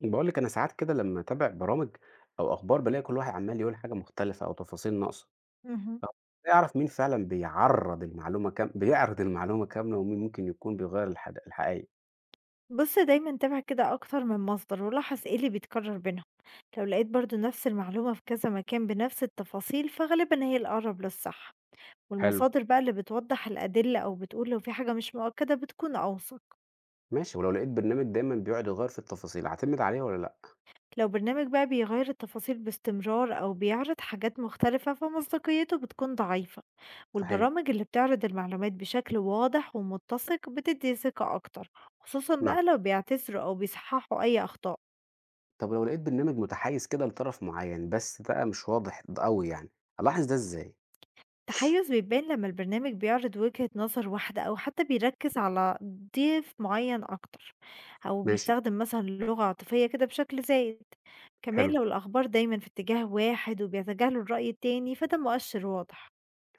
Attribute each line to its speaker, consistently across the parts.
Speaker 1: باقول لِك أنا ساعات كده لمّا أتابع برامج أو أخبار بالاقي كل واحد عمّال يقول حاجة مختلفة أو تفاصيل ناقصة.
Speaker 2: اهم.
Speaker 1: آه، أعرف مين فعلًا بيعرّض المعلومة كام بيعرض المعلومة كاملة ومين ممكن يكون بيغيّر الحقايق.
Speaker 2: بُص دايمًا تابع كده أكتر من مصدر، ولاحظ إيه اللي بيتكرر بينهم، لو لقيت برضه نفس المعلومة في كذا مكان بنفس التفاصيل، فغالبًا هي الأقرب للصح،
Speaker 1: حلو،
Speaker 2: والمصادر بقى اللي بتوضح الأدلة أو بتقول لو في حاجة مش مؤكدة بتكون أوثق،
Speaker 1: ماشي، ولو لقيت برنامج دايمًا بيقعد يغيّر في التفاصيل أعتمد عليه والّا لأ؟
Speaker 2: لو برنامج بقى بيغير التفاصيل باستمرار أو بيعرض حاجات مختلفة فمصداقيته بتكون ضعيفة،
Speaker 1: صحيح،
Speaker 2: والبرامج اللي بتعرض المعلومات بشكل واضح ومتسق بتدي ثقة أكتر، خصوصًا
Speaker 1: نعم.
Speaker 2: بقى لو بيعتذروا أو بيصححوا أي أخطاء.
Speaker 1: طب لو لقيت برنامج متحيّز كده لطرف معيّن بس بقى مش واضح د أوي يعني، ألاحظ ده إزاي؟
Speaker 2: التحيز بيبان لما البرنامج بيعرض وجهة نظر واحدة أو حتى بيركز على ضيف معين أكتر أو
Speaker 1: ماشي،
Speaker 2: بيستخدم مثلا لغة عاطفية كده بشكل زائد. كمان
Speaker 1: حلو.
Speaker 2: لو الأخبار دايما في اتجاه واحد وبيتجاهلوا الرأي التاني فده مؤشر واضح.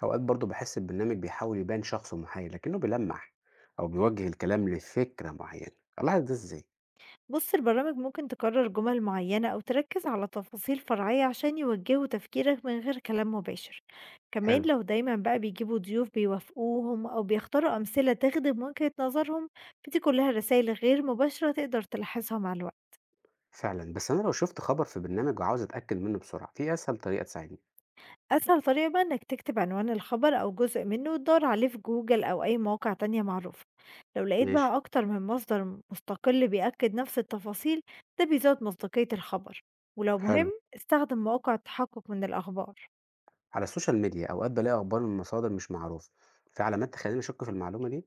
Speaker 1: أوقات برضه باحس البرنامج بيحاول يبان شخص محايد لكنه بيلمح أو بيوجه الكلام لفكرة معينة، ألاحظ ده إزاي؟
Speaker 2: بُص البرامج ممكن تكرر جمل معينة أو تركز على تفاصيل فرعية عشان يوجهوا تفكيرك من غير كلام مباشر، كمان
Speaker 1: حلو،
Speaker 2: لو دايمًا بقى بيجيبوا ضيوف بيوافقوهم أو بيختاروا أمثلة تخدم وجهة نظرهم، فدي كلها رسايل غير مباشرة تقدر تلاحظها مع الوقت.
Speaker 1: فعلا. بس أنا لو شفت خبر في برنامج وعاوز أتأكد منه بسرعة، في أسهل طريقة تساعدني؟
Speaker 2: أسهل طريقة بقى إنك تكتب عنوان الخبر أو جزء منه وتدور عليه في جوجل أو أي مواقع تانية معروفة. لو لقيت
Speaker 1: ماشي،
Speaker 2: بقى أكتر من مصدر مستقل بيأكد نفس التفاصيل ده بيزود مصداقية الخبر، ولو مهم
Speaker 1: حلو.
Speaker 2: استخدم مواقع التحقق من الأخبار.
Speaker 1: على السوشيال ميديا أوقات بلاقي أخبار من مصادر مش معروفة، في علامات تخليني أشك في المعلومة دي؟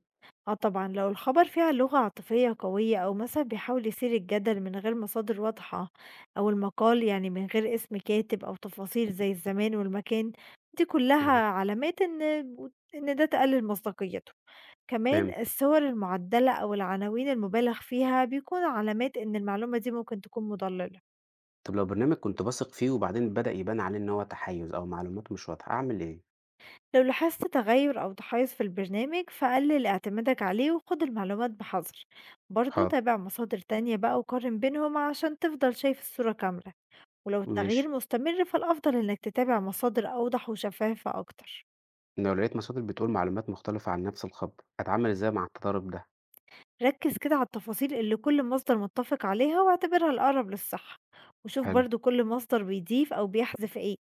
Speaker 2: اه طبعا لو الخبر فيها لغة عاطفية قوية أو مثلا بيحاول يثير الجدل من غير مصادر واضحة أو المقال يعني من غير اسم كاتب أو تفاصيل زي الزمان والمكان، دي كلها
Speaker 1: أها،
Speaker 2: علامات إن ده تقلل مصداقيته. كمان
Speaker 1: فهمت.
Speaker 2: الصور المُعدّلة أو العناوين المُبالغ فيها بيكونوا علامات إن المعلومة دي ممكن تكون مُضلِّلة.
Speaker 1: طب لو برنامج كنت بثق فيه وبعدين بدأ يبان عليه إن هو تحيز أو معلومات مش واضحة، أعمل إيه؟
Speaker 2: لو لاحظت تغيُّر أو تحيُّز في البرنامج، فقلِّل اعتمادك عليه وخُد المعلومات بحذر. برضه
Speaker 1: حاضر،
Speaker 2: تابع مصادر تانية بقى وقارن بينهم عشان تفضل شايف الصورة كاملة، ولو التغيير
Speaker 1: ماشي.
Speaker 2: مستمر فالأفضل إنك تتابع مصادر أوضح وشفافة أكتر.
Speaker 1: لو لقيت مصادر بتقول معلومات مختلفة عن نفس الخبر، أتعامل إزاي مع التضارب ده؟
Speaker 2: ركز كده على التفاصيل اللي كل مصدر متفق عليها واعتبرها الأقرب للصح، وشوف
Speaker 1: حلو،
Speaker 2: برضو كل مصدر بيضيف أو بيحذف ايه.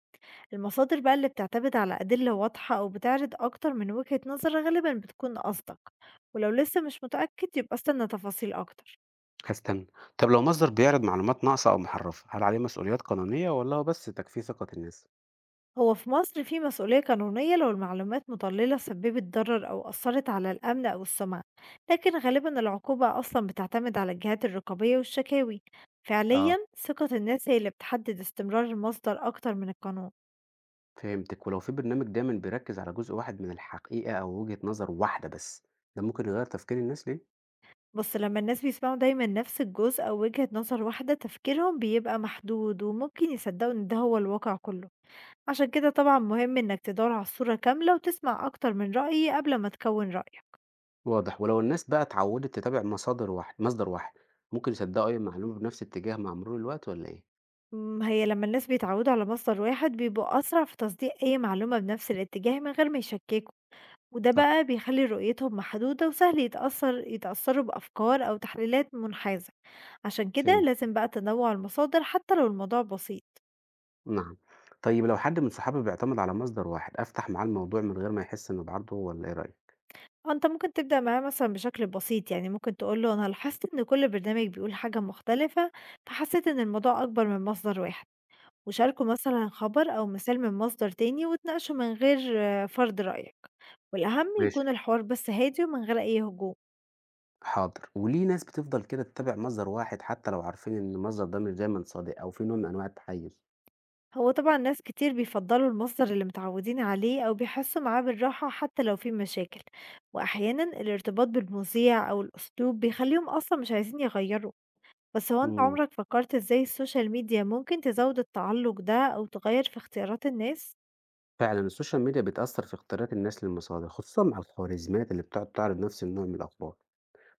Speaker 2: المصادر بقى اللي بتعتمد على أدلة واضحة أو بتعرض أكتر من وجهة نظر غالبا بتكون أصدق، ولو لسه مش متأكد يبقى استنى تفاصيل أكتر.
Speaker 1: هاستنى. طب لو مصدر بيعرض معلومات ناقصة أو محرفة، هل عليه مسؤوليات قانونية والّا هو بس تجفيف ثقة الناس؟
Speaker 2: هو في مصر في مسؤولية قانونية لو المعلومات مضللة سببت ضرر أو أثرت على الأمن أو السمعة، لكن غالبا العقوبة أصلا بتعتمد على الجهات الرقابية والشكاوي.
Speaker 1: اه،
Speaker 2: فعليا ثقة الناس هي اللي بتحدد استمرار المصدر أكتر من القانون.
Speaker 1: فهمتِك. ولو في برنامج دايمًا بيركز على جزء واحد من الحقيقة أو وجهة نظر واحدة بس، ده ممكن يغير تفكير الناس ليه؟
Speaker 2: بس لما الناس بيسمعوا دايما نفس الجزء أو وجهة نظر واحدة تفكيرهم بيبقى محدود وممكن يصدقوا إن ده هو الواقع كله. عشان كده طبعا مهم إنك تدور على الصورة كاملة وتسمع أكتر من رأي قبل ما تكون رأيك.
Speaker 1: واضح. ولو الناس بقى اتعودت تتابع مصادر مصدر واحد، ممكن يصدقوا أي معلومة بنفس الاتجاه مع مرور الوقت والّا إيه؟
Speaker 2: هي لمّا الناس بيتعوّدوا على مصدر واحد بيبقوا أسرع في تصديق أي معلومة بنفس الاتجاه من غير ما يشكّكوا، وده
Speaker 1: صح،
Speaker 2: بقى بيخلّي رؤيتهم محدودة وسهل يتأثّروا بأفكار أو تحليلات منحازة، عشان كده
Speaker 1: فهمت،
Speaker 2: لازم بقى تنوّع المصادر حتى لو الموضوع بسيط.
Speaker 1: نعم. طيب لو حد من صحابي بيعتمد على مصدر واحد، أفتح معاه الموضوع من غير ما يحس إني باعارضه والّا إيه رأيك؟
Speaker 2: آه، أنت ممكن تبدأ معاه مثلًا بشكل بسيط، يعني ممكن تقول له أنا لاحظت إن كل برنامج بيقول حاجة مختلفة، فحسيت إن الموضوع أكبر من مصدر واحد، وشاركه مثلًا خبر أو مثال من مصدر تاني واتناقشوا من غير فرض رأيك. والأهم
Speaker 1: ماشي،
Speaker 2: يكون الحوار بس هادي ومن غير أي هجوم.
Speaker 1: حاضر. وليه ناس بتفضل كده تتابع مصدر واحد حتى لو عارفين إن المصدر ده مش دايمًا صادق أو فيه نوع من أنواع التحيز؟
Speaker 2: هو طبعا ناس كتير بيفضلوا المصدر اللي متعودين عليه أو بيحسوا معاه بالراحة حتى لو في مشاكل، وأحيانا الارتباط بالمذيع أو الأسلوب بيخليهم أصلا مش عايزين يغيروا. بس هو أنت
Speaker 1: إمم،
Speaker 2: عمرك فكرت إزاي السوشيال ميديا ممكن تزود التعلق ده أو تغير في اختيارات الناس؟
Speaker 1: فعلًا السوشيال ميديا بتأثّر في اختيارات الناس للمصادر، خصوصًا مع الخوارزميات اللي بتقعد تعرض نفس النوع من الأخبار.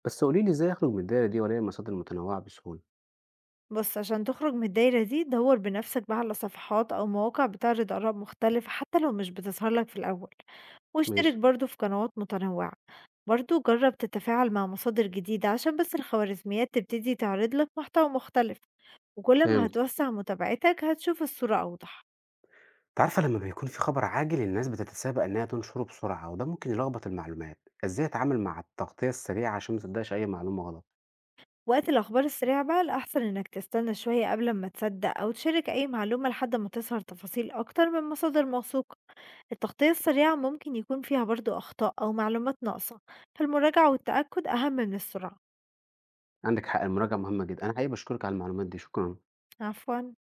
Speaker 1: بس قولي لي إزاي أخرج من الدايرة دي وألاقي مصادر متنوعة بسهولة؟
Speaker 2: بُص، عشان تخرج من الدايرة دي دَوّر بنفسك بقى على صفحات أو مواقع بتعرض آراء مختلفة حتى لو مش بتظهر لك في الأول، واشترك
Speaker 1: ماشي،
Speaker 2: برضه في قنوات متنوعة، برضه جرّب تتفاعل مع مصادر جديدة عشان بس الخوارزميات تبتدي تعرض لك محتوى مختلف، وكل ما
Speaker 1: فهمت.
Speaker 2: هتوسّع متابعتك هتشوف الصورة أوضح.
Speaker 1: أنتِ عارفة لمّا بيكون في خبر عاجل الناس بتتسابق إنها تنشره بسرعة وده ممكن يلخبط المعلومات، إزاي أتعامل مع التغطية السريعة عشان ما اصدقش أي معلومة غلط؟
Speaker 2: وقت الأخبار السريعة بقى الأحسن إنك تستنى شوية قبل أمّا تصدق أو تشارك أي معلومة لحد ما تظهر تفاصيل أكتر من مصادر موثوقة. التغطية السريعة ممكن يكون فيها برضو أخطاء أو معلومات ناقصة، فالمراجعة والتأكد أهم من السرعة.
Speaker 1: عندِك حق، المراجعة مهمة جدًا. أنا حقيقي باشكرِك على المعلومات دي، شكرًا.
Speaker 2: عفوا